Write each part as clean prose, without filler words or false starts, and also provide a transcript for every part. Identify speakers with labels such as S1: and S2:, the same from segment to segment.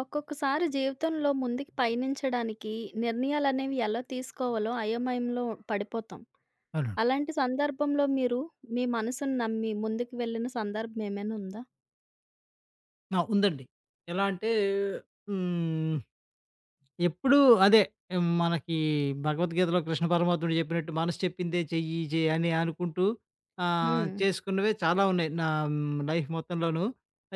S1: ఒక్కొక్కసారి జీవితంలో ముందుకి పయనించడానికి నిర్ణయాలనేవి ఎలా తీసుకోవాలో అయోమయంలో పడిపోతాం.
S2: అవునండి.
S1: అలాంటి సందర్భంలో మీరు మీ మనసును నమ్మి ముందుకు వెళ్ళిన సందర్భం ఏమైనా ఉందా?
S2: ఆ! ఉందండి. ఎలా అంటే హ్మ్. ఎప్పుడూ అదే ఏం మనకి భగవద్గీతలో కృష్ణ పరమాత్ముడు చెప్పినట్టు మనసు చెప్పిందే చెయ్యి చెయ్యి అని అనుకుంటూ
S1: హ్మ్.
S2: చేసుకున్నవే చాలా ఉన్నాయి నా లైఫ్ మొత్తంలోనూ.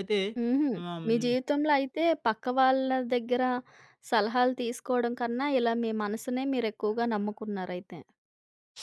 S2: అయితే
S1: హుహు.
S2: ఆహ్,
S1: మీ జీవితంలో అయితే పక్క వాళ్ళ దగ్గర సలహాలు తీసుకోవడం కన్నా ఇలా మీ మనసునే మీరెక్కువగా నమ్ముకున్నారయితే.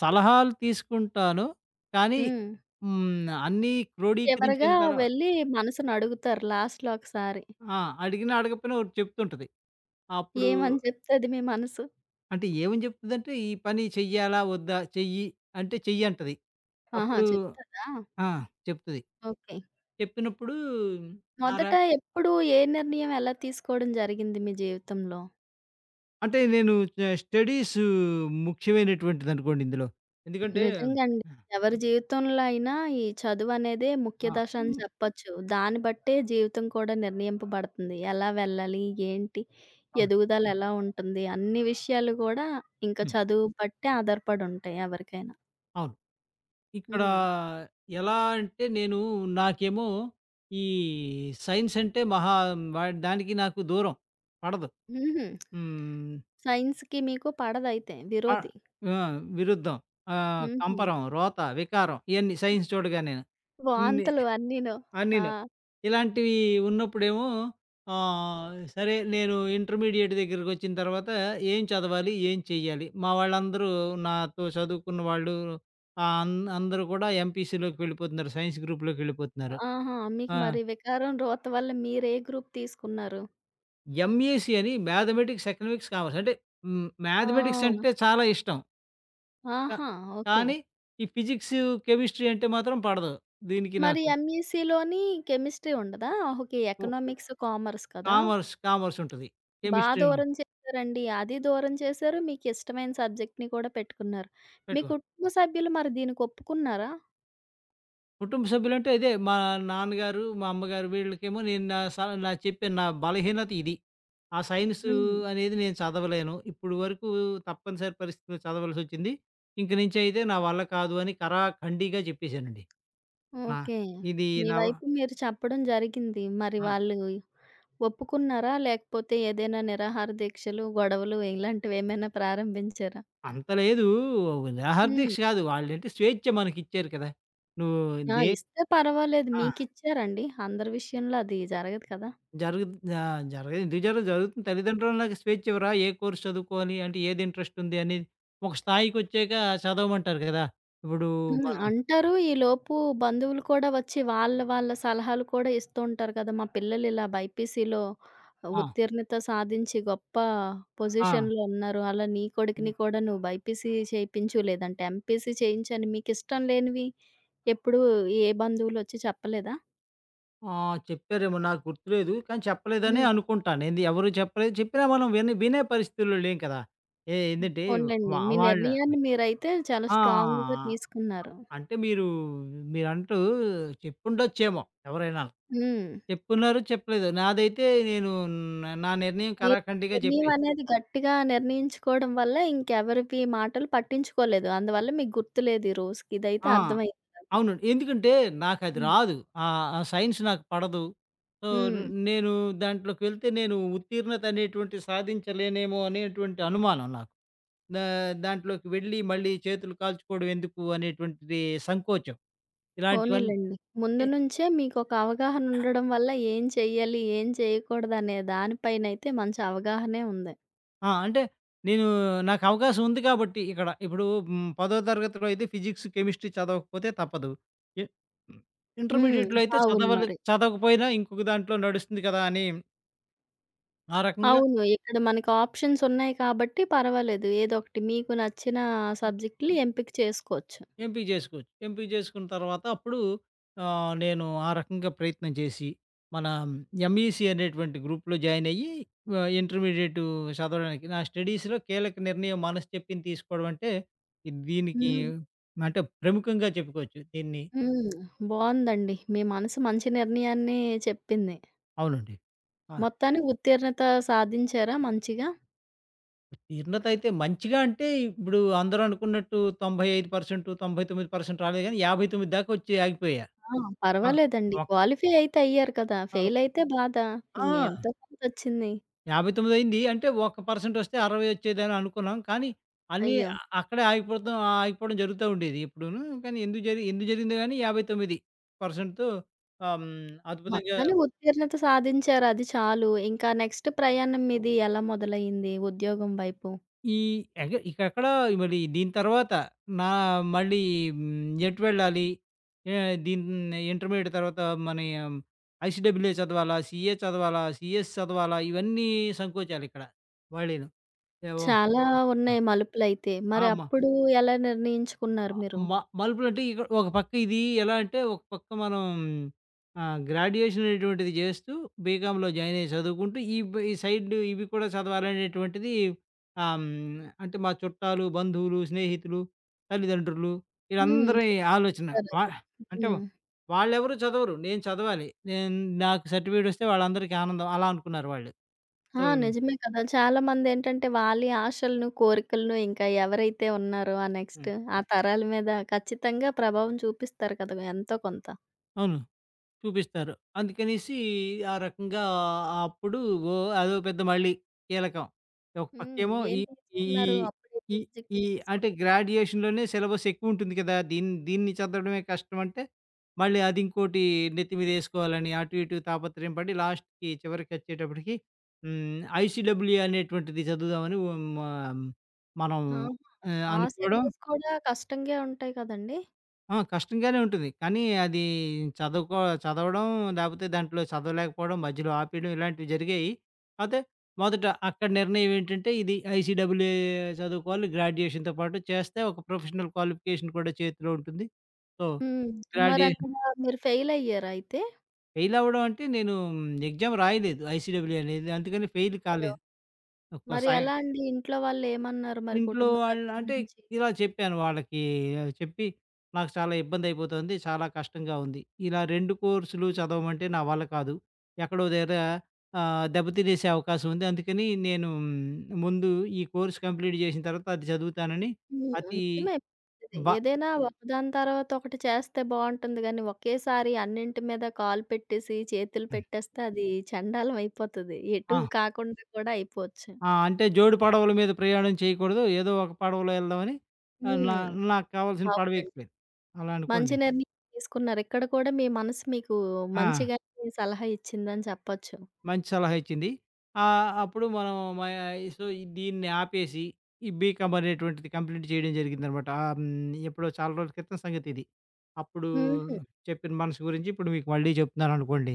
S2: సలహాలు తీసుకుంటాను. కానీ
S1: హ్మ్.
S2: హ్మ్, అన్నీ
S1: చివరగా
S2: క్రోడీకరించిన
S1: వెళ్ళి మనసుని అడుగుతారు లాస్ట్‌లో ఒకసారి.
S2: ఆ! అడిగినా అడగకపోయినా ఒకటి చెప్తుంటది. అప్పుడు
S1: ఏమని చెప్తది మీ మనసు?
S2: అంటే ఏమని చెప్తుందంటే, "ఈ పని చెయ్యాలా? వద్దా? చెయ్యి" అంటే చెయ్యంటది.
S1: ఆహా!
S2: అప్పుడు
S1: చెప్తదా?
S2: ఆ! చెప్తది.
S1: ఓకే.
S2: చెప్పినప్పుడు ఆ! ర
S1: మొదట ఎప్పుడు ఏ నిర్ణయం ఎలా తీసుకోవడం జరిగింది మీ జీవితంలో?
S2: అంటే నేను స్టడీస్ ముఖ్యమైనటువంటిదనుకోండి ఇందులో. ఎందుకంటే
S1: నిజంగా అండి. ఎవరి జీవితంలో అయినా ఈ చదువనేదే ముఖ్య
S2: ఆ!
S1: దశ అని
S2: హ్మ్.
S1: చెప్పచ్చు. దాన్ని బట్టే జీవితం కూడా నిర్ణయింపబడుతుంది. ఎలా వెళ్ళాలి? ఏంటి?
S2: అవును.
S1: ఎదుగుదల ఎలా ఉంటుంది? అన్ని విషయాలు కూడా ఇంకా
S2: హ్మ్.
S1: చదువు బట్టే ఆధారపడి ఉంటాయి ఎవరికైనా.
S2: అవును. ఇక్కడ
S1: హ్మ్.
S2: ఎలా అంటే నేను నాకేమో ఈ సైన్స్ అంటే మహా వ దానికి నాకు దూరం. పడదు.
S1: హుహు.
S2: హ్మ్.
S1: సైన్స్‌కి మీకు పడదయితే
S2: ఆ!
S1: విరోధి.
S2: ఆ! విరుద్ధం.
S1: హుహు.
S2: కంపరం, రోత, వికారం ఇయన్నీ సైన్స్ చూడగానేను. ఇన్ని
S1: వాంతులు అన్నీను. ఆ!
S2: అన్నీను. ఇలాంటివి ఉన్నప్పుడేమో సరే నేను ఇంటర్మీడియేట్ దగ్గరికొచ్చిన తర్వాత ఏం చదవాలి? ఏం చెయ్యాలి? మా వాళ్ళందరూ నాతో చదువుకున్న వాళ్ళు ఆహ్, అన్ అందరూ కూడా ఎంపీసీలోకి వెళ్ళిపోతున్నారు. సైన్స్ గ్రూప్‌లోకెళ్ళిపోతున్నారు.
S1: ఆహా! మీకు
S2: ఆ!
S1: మరి వికారం రోత వల్ల మీరే గ్రూప్ తీసుకున్నారు?
S2: ఎంఈసీ అని మ్యాథమెటిక్స్, ఎకనామిక్స్, కామర్స్. అంటే మ్యాథమెటిక్స్
S1: ఆ!
S2: అంటే చాలా ఇష్టం. క
S1: ఆహా! ఓకే.
S2: కానీ ఈ ఫిజిక్స్, కెమిస్ట్రీ అంటే మాత్రం పడదు. దీనికి
S1: మరి
S2: నాకు
S1: ఎంఈసీలోని కెమిస్ట్రీ ఉండదా? Okay.
S2: Uh uh
S1: economics, commerce కదా!
S2: కామర్స్, కామర్స్ ఉంటది.
S1: బా
S2: కెమిస్ట్రీ ఉం
S1: దూరం చేశారండి. అది దూరం చేశారు. మీకిష్టమైన సబ్జెక్ట్‌ని కూడా పెట్టుకున్నారు. మీ
S2: పెట్టుకో.
S1: కుటుంబ సభ్యులు మరి దీనికి ఒప్పుకున్నారా?
S2: కుటుంబ సభ్యులంటే ఇదే మా నాన్నగారు, మా అమ్మగారు వీళ్ళకేమో నేను నా స నా చెప్పాను నా బలహీనత ఇది. ఆ సైన్స్
S1: హ్మ్.
S2: అనేది నేను చదవలేను. ఇప్పుడు వరకు తప్పనిసరి పరిస్థితిలో చదవాల్సొచ్చింది. ఇంక నుంచి అయితే నా వల్ల కాదు అని ఖరాఖండిగా చెప్పేసానండి. నా
S1: ఓకే.
S2: ఇది
S1: మీ
S2: నా వ
S1: వైపు మీరు చెప్పడం జరిగింది. మరి
S2: అ
S1: వాళ్ళు ఒప్పుకున్నారా? లేకపోతే ఏదైనా నిరాహార దీక్షలు, గొడవలు ఇలాంటివేమైనా ప్రారంభించారా?
S2: అంత లేదు నిరాహార
S1: హ్మ్.
S2: దీక్ష కాదు. వాళ్ళేంటి స్వేచ్ఛ మనకిచ్చారు కదా! నువ్వు
S1: ఆ!
S2: దే
S1: ఇస్తే పర్వాలేదు.
S2: ఆ!
S1: మీకిచ్చారండి. అందరి విషయంలో అది జరగదు కదా!
S2: జరుగుద్ ఆహ్, జరగదు ఎందుకు జరగదు? జరుగుతుంది. తల్లిదండ్రులకు స్వేచ్ఛ ఇవ్వరా? ఏ కోర్స్ చదువుకోవాలి? అంటే ఏది ఇంట్రెస్ట్ ఉంది అనేది ఒక స్థాయికొచ్చాక చదవమంటారు కదా! ఇప్పుడు
S1: హ్మ్.
S2: మనం
S1: అంటారు. ఈలోపు బంధువులు కూడా వచ్చి వాళ్ళ సలహాలు కూడా ఇస్తూ ఉంటారు కదా! మా పిల్లలిలా బైపీసీలో
S2: ఆ!
S1: ఉత్తీర్ణత సాధించి గొప్ప
S2: ఆ!
S1: పొజిషన్‌లో ఉన్నారు. అలా నీ కొడుకుని
S2: హ్మ్.
S1: కూడా నువ్వు బైపీసీ చేయించు, లేదంటే ఎంపీసీ చేయించని మీకిష్టం లేనివి ఎప్పుడు ఏ బంధువులొచ్చి చెప్పలేదా?
S2: ఆహ్, చెప్పారేమో నాకు గుర్తులేదు. కానీ చెప్పలేదనే
S1: హ్మ్.
S2: అనుకుంటాను. ఏంది ఎవరు చెప్పలేదు చెప్పినా మనం విని వినే పరిస్థితుల్లో లేం కదా! ఏ ఏందంటే
S1: పోన్లెండి.
S2: వా
S1: మీ
S2: వాళ్ళ
S1: నిర్ణయాన్ని మీరైతే చాలా స్ట్రాంగ్‌గా
S2: ఆ!
S1: తీసుకున్నారు.
S2: అంటే మీరు మీరంటూ చెప్పుండొచ్చేమో ఎవరైనా.
S1: హ్మ్.
S2: చెప్పున్నారు చెప్పలేదు. నాదైతే నేను నా నిర్ణయం
S1: మీ
S2: కరాఖండిగా
S1: నిర్ణయం
S2: చెప్పే
S1: అనేది గట్టిగా నిర్ణయించుకోవడం వల్ల ఇంకెవరివి మాటలు పట్టించుకోలేదు. అందువల్ల మీకు గుర్తులేదు ఈ రోజుకి. ఇదైతే
S2: ఆ!
S1: అర్థమైంది నాకు.
S2: అవునండి. ఎందుకంటే నాకది
S1: హ్మ్.
S2: రాదు. ఆ సైన్స్ నాకు పడదు. సో,
S1: హ్మ్.
S2: నేను దాంట్లోకి వెళ్తే నేను ఉత్తీర్ణత అనేటువంటిది సాధించలేనేమో అనేటువంటి అనుమానం నాకు. దా దాంట్లోకి వెళ్ళి మళ్ళీ చేతులు కాల్చుకోవడం ఎందుకు అనేటువంటిది సంకోచం. ఇలాంటివన్నీ
S1: పోనీలెండి. ముందు
S2: ఏ-
S1: నుంచే మీకొక అవగాహన ఉండడం వల్ల ఏం చెయ్యాలి, ఏం చేయకూడదనే దానిపైనైతే మంచి అవగాహనే ఉంది.
S2: ఆ! అంటే నేను అవకాశం ఉంది కాబట్టి ఇక్కడ ఇప్పుడు 10వ తరగతిలో అయితే ఫిజిక్స్, కెమిస్ట్రీ చదవకపోతే తప్పదు. ఇ
S1: హ్మ్.
S2: ఇంటర్మీడియేట్‌లో అయితే
S1: అవును మరి.
S2: చదవకపోయినా ఇంకొక దాంట్లో నడుస్తుంది కదా! అని ఆ రకంగా
S1: అవును. ఇక్కడ మనకి ఆప్షన్స్ ఉన్నాయి కాబట్టి పర్వాలేదు. ఏదోకటి మీకు నచ్చిన సబ్జెక్ట్‌లు ఎంపిక చేసుకోవచ్చు.
S2: ఎంపీ జేసుకోవచ్చు. ఎంపీ జేసుకున్న తర్వాత అప్పుడు నేను ఆ రకంగా ప్రయత్నం చేసి, మన ఎంఈసీ అనేటువంటి గ్రూప్‌లో జాయిన్ అయ్యి ఇంటర్మీడియేట్ చదవడానికి నా స్టడీస్‌లో కీలక నిర్ణయం మనసు చెప్పింది తీసుకోవడం అంటే, ఇది దీనికి
S1: హ్మ్.
S2: అంటే ప్రముఖంగా చెప్పుకోవచ్చు దీన్ని.
S1: హ్మ్. బావుందండి. మీ మనసు మంచి నిర్ణయాన్నే చెప్పింది.
S2: అవునండి. ఆ!
S1: మొత్తానికి ఉత్తీర్ణత సాధించారా మంచిగా?
S2: ఉత్తీర్ణత అయితే మంచిగా అంటే ఇప్పుడు అందరూ అనుకున్నట్టు 95%, 99% రాలేదు గానీ 59 దాకా వచ్చి ఆగిపోయా.
S1: ఆ!
S2: ఆ!
S1: పర్వాలేదండి.
S2: ఒక్క
S1: క్వాలిఫై అయితే అయ్యారు కదా! ఫెయిల్ అయితే బాధ. ఇంగ
S2: ఆ!
S1: ఎంతో కొంతొచ్చింది.
S2: 59 అయింది. అంటే ఒక పర్సెంటొస్తే 60 వచ్చేదని అనుకున్నాం. కానీ అన్నీ
S1: అయ్యో!
S2: అ అక్కడే ఆగిపోతాం ఆగిపోవడం జరుగుతా ఉండేది ఎప్పుడూను. కానీ ఎందుకు జరిగిందో గానీ 59%తో అద్భుతంగా
S1: మొత్తానికి ఉత్తీర్ణత సాధించారు అది చాలు. ఇంకా నెక్స్ట్ ప్రయాణం మీది ఎలా మొదలయింది ఉద్యోగం వైపు?
S2: ఈ ఎగ ఇకెక్కడ మరి దీని తర్వాత నా మళ్ళీ ఎటు వెళ్ళాలి? ఏ దీన్ ఇంటర్మీడియేట్ తర్వాత మనీ ఐసీడబ్ల్యూఏ చదవాలా? సీఏ చదవాలా? సీఎస్ చదవాలా? ఇవన్నీ సంకోచాలిక్కడ వాళ్ళేను. ఏవో
S1: చాలా ఉన్నాయి మలుపులైతే.
S2: ఆ!
S1: మరి
S2: మ
S1: అప్పుడు ఎలా నిర్ణయించుకున్నారు మీరు?
S2: మ మలుపులంటే ఇక్కడ ఒక పక్క ఇది ఎలా అంటే, ఒక పక్క మనం గ్రాడ్యుయేషన్ అనేటువంటిది జేస్తూ బీకామ్‌లో జాయిన్ అయ్యి చదువుకుంటూ, ఈ సైడ్ ఇవి కూడా చదవాలనేటువంటిది ఆహ్, హ్మ్, అంటే మా చుట్టాలు, బంధువులు, స్నేహితులు, తల్లిదండ్రులు
S1: హ్మ్.
S2: వీళ్ళందరి ఆలోచన. వా
S1: చెప్తారదే.
S2: అంటే
S1: హ్మ్.
S2: వాళ్ళెవరు చదవరు. నేను చదవాలి. నాకు సర్టిఫికేట్ వస్తే వాళ్ళందరికీ ఆనందం అలా అనుకున్నారు వాళ్ళు.
S1: ఆ!
S2: సో
S1: నిజమే కదా! చాలామందేంటంటే, వాళ్ళి ఆశలను, కోరికలను ఇంకా ఎవరైతే ఉన్నారో ఆ నెక్స్ట్
S2: హ్మ్.
S1: ఆ తరాల మీద ఖచ్చితంగా ప్రభావం చూపిస్తారు కదా! ఎంతో కొంత.
S2: అవును. చూపిస్తారు. అందుకనేసి ఆ రకంగా అప్పుడు ఓ అదో పెద్ద మళ్ళీ కీలకం. ఒక
S1: హ్మ్.
S2: పక్కేమో
S1: ఏం
S2: ఈ ఈ
S1: తీసుకున్నారు? అప్పుడే
S2: ఈ
S1: సబ్జెక్ట్
S2: ఈ
S1: తీసుకో
S2: అంటే గ్రాడ్యుయేషన్‌లోనే సిలబస్ ఎక్కువుంటుంది కదా! దీన్ని దీన్ని చదవడమే కష్టం అంటే, మళ్ళీ అది ఇంకోటి నెత్తి మీదేసుకోవాలని అటు ఇటు తాపత్రయం పడి లాస్ట్‌కి చివరికొచ్చేటప్పటికి హ్మ్. ఐసీడబ్ల్యూ అనేటువంటిది చదువుదామని హ్మ్. ఆహ్, మనం
S1: ఆహా!
S2: ఆహ్,
S1: ఆ
S2: అనుకోవడం
S1: సిలబస్ కూడా కష్టంగే ఉంటాయి కదండీ!
S2: ఆ! కష్టంగానే ఉంటుంది. కానీ అది చదువుకో చదవడం లేపోతే దాంట్లో చదవలేకపోవడం, మధ్యలో ఆపేయడం ఇలాంటివి జరిగాయి. కాతే మొదట అక్కడ నిర్ణయం ఏంటంటే ఇది ఐసీడబ్ల్యూఏ చదువుకోవాలి. గ్రాడ్యుయేషన్‌తో పాటు చేస్తే ఒక ప్రొఫెషనల్ క్వాలిఫికేషన్ కూడా చేతిలో ఉంటుంది. సో, హ్మ్.
S1: హ్మ్.
S2: గ్రాడ్యుయేషన్
S1: మరక్కడ మీరు ఫెయిలయ్యారా అయితే?
S2: ఫెయిల్ అవ్వడం అంటే నేను ఎగ్జామ్ రాయలేదు ఐసీడబ్ల్యూఏ అనేది. అందుకని ఫెయిల్
S1: అయ్యో!
S2: కాలేదు. ఒక
S1: మరి
S2: సై
S1: ఎలా అండి? ఇంట్లో వాళ్ళేమన్నారు మరి
S2: ఇంట్లో
S1: కుటుంబ
S2: వాళ్ళు
S1: సభ్యుల
S2: అంటే
S1: నుంచి?
S2: ఇలా చెప్పాను వాళ్ళకి చెప్పి, "నాకు చాలా ఇబ్బందయిపోతోంది. చాలా కష్టంగా ఉంది. ఇలా 2 కోర్సులు చదవమంటే నా వల్ల కాదు. ఎక్కడో దగ్గర దెబ్బతినేసే అవకాశం ఉంది. అందుకని నేను ముందు ఈ కోర్స్ కంప్లీట్ చేసిన తర్వాత అది చదువుతానని
S1: హ్మ్.
S2: అతి
S1: నిజమే. ఇది
S2: బ
S1: ఏదైనా హ్మ్. ఒకదాని తర్వాత ఒకటి చేస్తే బావుంటుంది గానీ, ఒకేసారి అన్నింటి మీద కాలు పెట్టేసి, చేతులు పెట్టేస్తే అది చెండాలం అయిపోతది. ఎటు
S2: ఆ!
S1: కాకుండా కూడా అయిపోవచ్చు.
S2: ఆ! అంటే జోడు పడవల మీద ప్రయాణం చేయకూడదు. ఏదో ఒక పడవలో వెళ్దామని ఆహ్, నా
S1: హ్మ్.
S2: నాకు కావాల్సిన పడవ
S1: అవునండి.
S2: ఎక్కిపోయాను." అలా
S1: మంచి
S2: అనుకోండి.
S1: నిర్ణయం తీసుకున్నారు. ఇక్కడ కూడా మీ మనసు మీకు
S2: ఆ!
S1: మంచిగానే సలహా ఇచ్చిందని చెప్పొచ్చు.
S2: మంచి సలహా ఇచ్చింది. ఆహ్, అప్పుడు మనం మ సో, దీన్ని ఆపేసి ఈ బీకామ్ అనేటువంటిది కంప్లీట్ చేయడం జరిగిందనమాట. ఆహ్, హ్మ్. ఎప్పుడో చాలా రోజుల క్రితం సంగతిది. అప్పుడు
S1: హుహు.
S2: చెప్పిన మనసు గురించి ఇప్పుడు మీకు మళ్ళీ చెప్తున్నాననుకోండి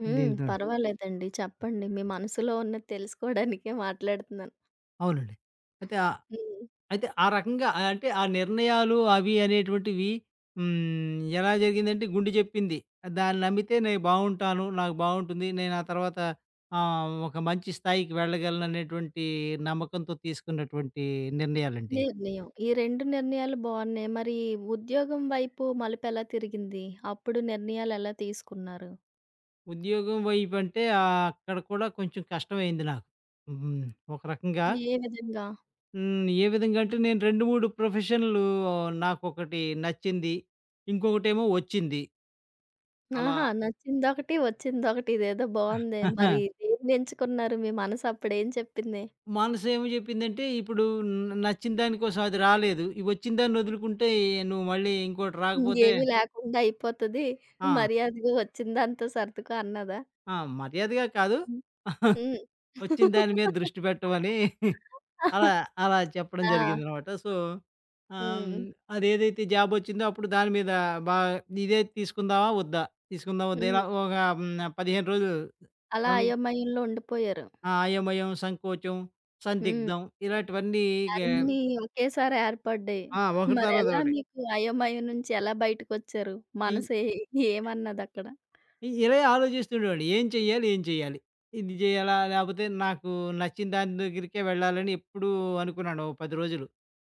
S1: హ్మ్.
S2: దీనితోని.
S1: పర్వాలేదండి. చెప్పండి. మీ మనసులో ఉన్నది తెలుసుకోవడానికే మాట్లాడుతున్నాను.
S2: అవునండి. అయితే ఆ
S1: హ్మ్.
S2: అయితే ఆ రకంగా అంటే ఆ నిర్ణయాలు అవి అనేటువంటివి ఎలా జరిగిందంటే గుండె చెప్పింది. దాన్ని నమ్మితే నేను బావుంటాను. నాకు బావుంటుంది. నేను ఆ తర్వాత ఒక మంచి స్థాయికి వెళ్ళగలను అనేటువంటి నమ్మకంతో తీసుకున్నటువంటి నిర్ణయాలండి.
S1: నిర్ణయం. ఈ 2 నిర్ణయాలు బావున్నాయి. మరి ఉద్యోగం వైపు మలుపెలా తిరిగింది? అప్పుడు నిర్ణయాలెలా తీసుకున్నారు?
S2: ఉద్యోగం వైపంటే అక్కడ కూడా కొంచెం కష్టమైంది నాకు. హ్మ్. ఒక రకంగా
S1: ఏ విధంగా?
S2: హ్మ్. ఏ విధంగా అంటే నేను 2, 3 ప్రొఫెషన్‌లు నాకొకటి నచ్చింది. ఇంకొకటేమో వచ్చింది. అలా
S1: ఆహా! నచ్చిందొకటి, వచ్చిందొకటి. ఇదేదో బావుందే! మరి దేన్నెంచుకున్నారు? మీ మనసు అప్పుడేం చెప్పింది?
S2: మనసు ఏమి చెప్పిందంటే, ఇప్పుడు నచ్చిన దానికోసం అది రాలేదు. ఈ వచ్చిన దాన్ని వదులుకుంటే, నువ్వు మళ్ళీ ఇంకోటి
S1: హ్మ్.
S2: రాకపోతే
S1: ఏమీ లేకుండా అయిపోతది.
S2: ఆ!
S1: మర్యాదగా వచ్చిందాంతో సర్దుకో అన్నదా?
S2: ఆ! మర్యాదగా కాదు.
S1: హ్మ్. హ్మ్.
S2: వచ్చిన దాని మీద దృష్టి పెట్టమని అలా, అలా చెప్పడం
S1: ఆ!
S2: జరిగిందనమాట. సో, ఆహ్, హ్మ్,
S1: హ్మ్.
S2: అదేదైతే జాబ్ వచ్చిందో, అప్పుడు దాని మీద బా ఇదే తీసుకుందామా? వద్దా? తీసుకుందామా? వద్దా?
S1: హ్మ్.
S2: ఇలా ఒక హ్మ్, 15 రోజులు
S1: అలా
S2: సం
S1: అయోమయంలో ఉండిపోయారు.
S2: ఆ! అయోమయం, సంకోచం,
S1: హ్మ్.
S2: సందిగ్ధం ఇలాంటివన్నీ గే
S1: అన్నీ ఒకేసారి ఏర్పడ్డాయి.
S2: ఆ! ఒకటి తర్వాత
S1: మరెలా
S2: ఒకటి.
S1: మీకు అయోమయం నుంచి బయటకొచ్చారు?
S2: ఈ
S1: మనసు ఏ ఏమన్నదక్కడ?
S2: ఇ ఇలాగే ఆలోచిస్తుండేవాడిని. ఏం చెయ్యాలి? ఏం చెయ్యాలి? ఇది జేయాలా? లేపోతే నాకు నచ్చిన దాని దగ్గరికే వెళ్ళాలని ఎప్పుడూ అనుకున్నాను. ఓ 10 రోజులు.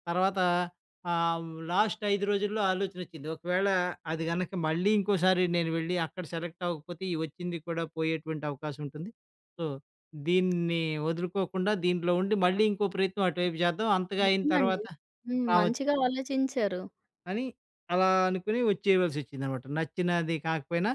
S2: తర్వాత ఆహ్, లాస్ట్ 5 రోజుల్లో ఆలోచనొచ్చింది. ఒకవేళ అది గనక మళ్ళీ ఇంకోసారి నేను వెళ్ళి అక్కడ సెలెక్ట్ అవ్వకపోతే ఈ వచ్చింది కూడా పోయేటువంటి అవకాశం ఉంటుంది. సో, దీన్ని వదులుకోకుండా దీంట్లో ఉండి మళ్ళీ ఇంకో ప్రయత్నం అటువైపు చేద్దాం. అంతగా అయిన
S1: నిజమండి.
S2: తర్వాత
S1: హ్మ్.
S2: రావ
S1: మంచిగా ఆలోచించారు.
S2: అని అలా అనుకుని వచ్చేయవలసొచ్చిందనమాట. నచ్చినది కాకపోయినా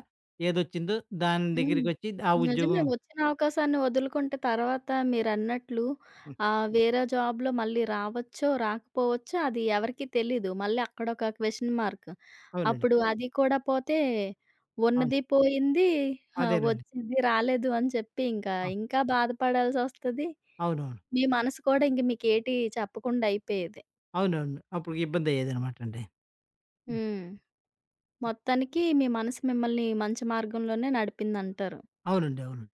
S2: ఏదొచ్చిందో దాని
S1: హ్మ్.
S2: దగ్గరికొచ్చి ఆ
S1: నిజమే.
S2: ఉద్యోగం
S1: వచ్చిన అవకాశాన్ని వదులుకుంటే తర్వాత మీరన్నట్లు
S2: హ్మ్.
S1: ఆహ్, వేరే జాబ్‌లో మళ్ళీ రావచ్చో, రాకపోవచ్చో అది ఎవరికీ తెలీదు. మళ్ళీ అక్కడొక క్వెషన్ మార్క్.
S2: అవునండి.
S1: అప్పుడు అది కూడా పోతే
S2: అవును.
S1: ఉన్నది పోయింది. ఆహ్,
S2: అదేనండి.
S1: వచ్చింది రాలేదు అని చెప్పి ఇంకా,
S2: ఆ!
S1: ఇంకా బాధపడాల్సొస్తది.
S2: అవునవును.
S1: మీ మనసు కూడా ఇంక మీకేటి చెప్పకుండా అయిపోయేది.
S2: అవునవును. అప్పుడు ఇబ్బందయ్యేదనమాటండి. హ్మ్.
S1: హ్మ్. మొత్తానికి మీ మనసు మిమ్మల్ని మంచి మార్గంలోనే నడిపిందంటారు.
S2: అవునండి. అవునండి.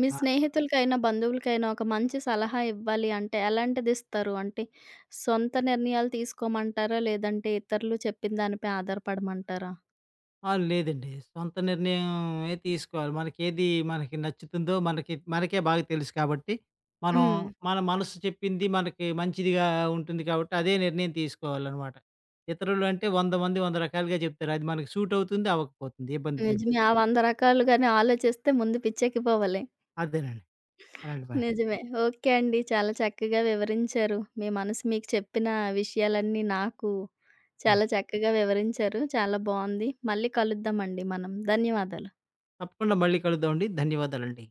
S1: మీ
S2: ఆ!
S1: స్నేహితులకైనా, బంధువులకైనా ఒక మంచి సలహా ఇవ్వాలి అంటే ఎలాంటిదిస్తారు? అంటే సొంత నిర్ణయాలు తీసుకోమంటారా? లేదంటే ఇతరులు చెప్పిన దానిపై ఆధారపడమంటారా?
S2: ఆ! లేదండి. సొంత నిర్ణయమే తీసుకోవాలి. మనకేది మనకి నచ్చుతుందో మనకి మనకే బాగా తెలుసు కాబట్టి, మనం
S1: హ్మ్.
S2: మన మనసు చెప్పింది మనకి మంచిదిగా ఉంటుంది కాబట్టి, అదే నిర్ణయం తీసుకోవాలనమాట. ఇతరులు అంటే 100 మంది 100 రకాలుగా చెప్తారు. అది మనకి సూట్ అవుతుంది, అవ్వకపోతుంది. ఇబ్బంది పెడుతుంది.
S1: నిజమే. ఆ 100 రకాలుగానే ఆలోచిస్తే ముందు పిచ్చెక్కిపోవాలి.
S2: అదేనండి. అలాంటి పని.
S1: నిజమే. ఓకే అండి. చాలా చక్కగా వివరించారు. మీ మనసు మీకు చెప్పిన విషయాలన్నీ నాకు
S2: ఆ!
S1: చాలా చక్కగా వివరించారు. చాలా బావుంది. మళ్ళీ కలుద్దామండి మనం. ధన్యవాదాలు.
S2: తప్పకుండా మళ్ళీ కలుద్దామండి. ధన్యవాదాలండి.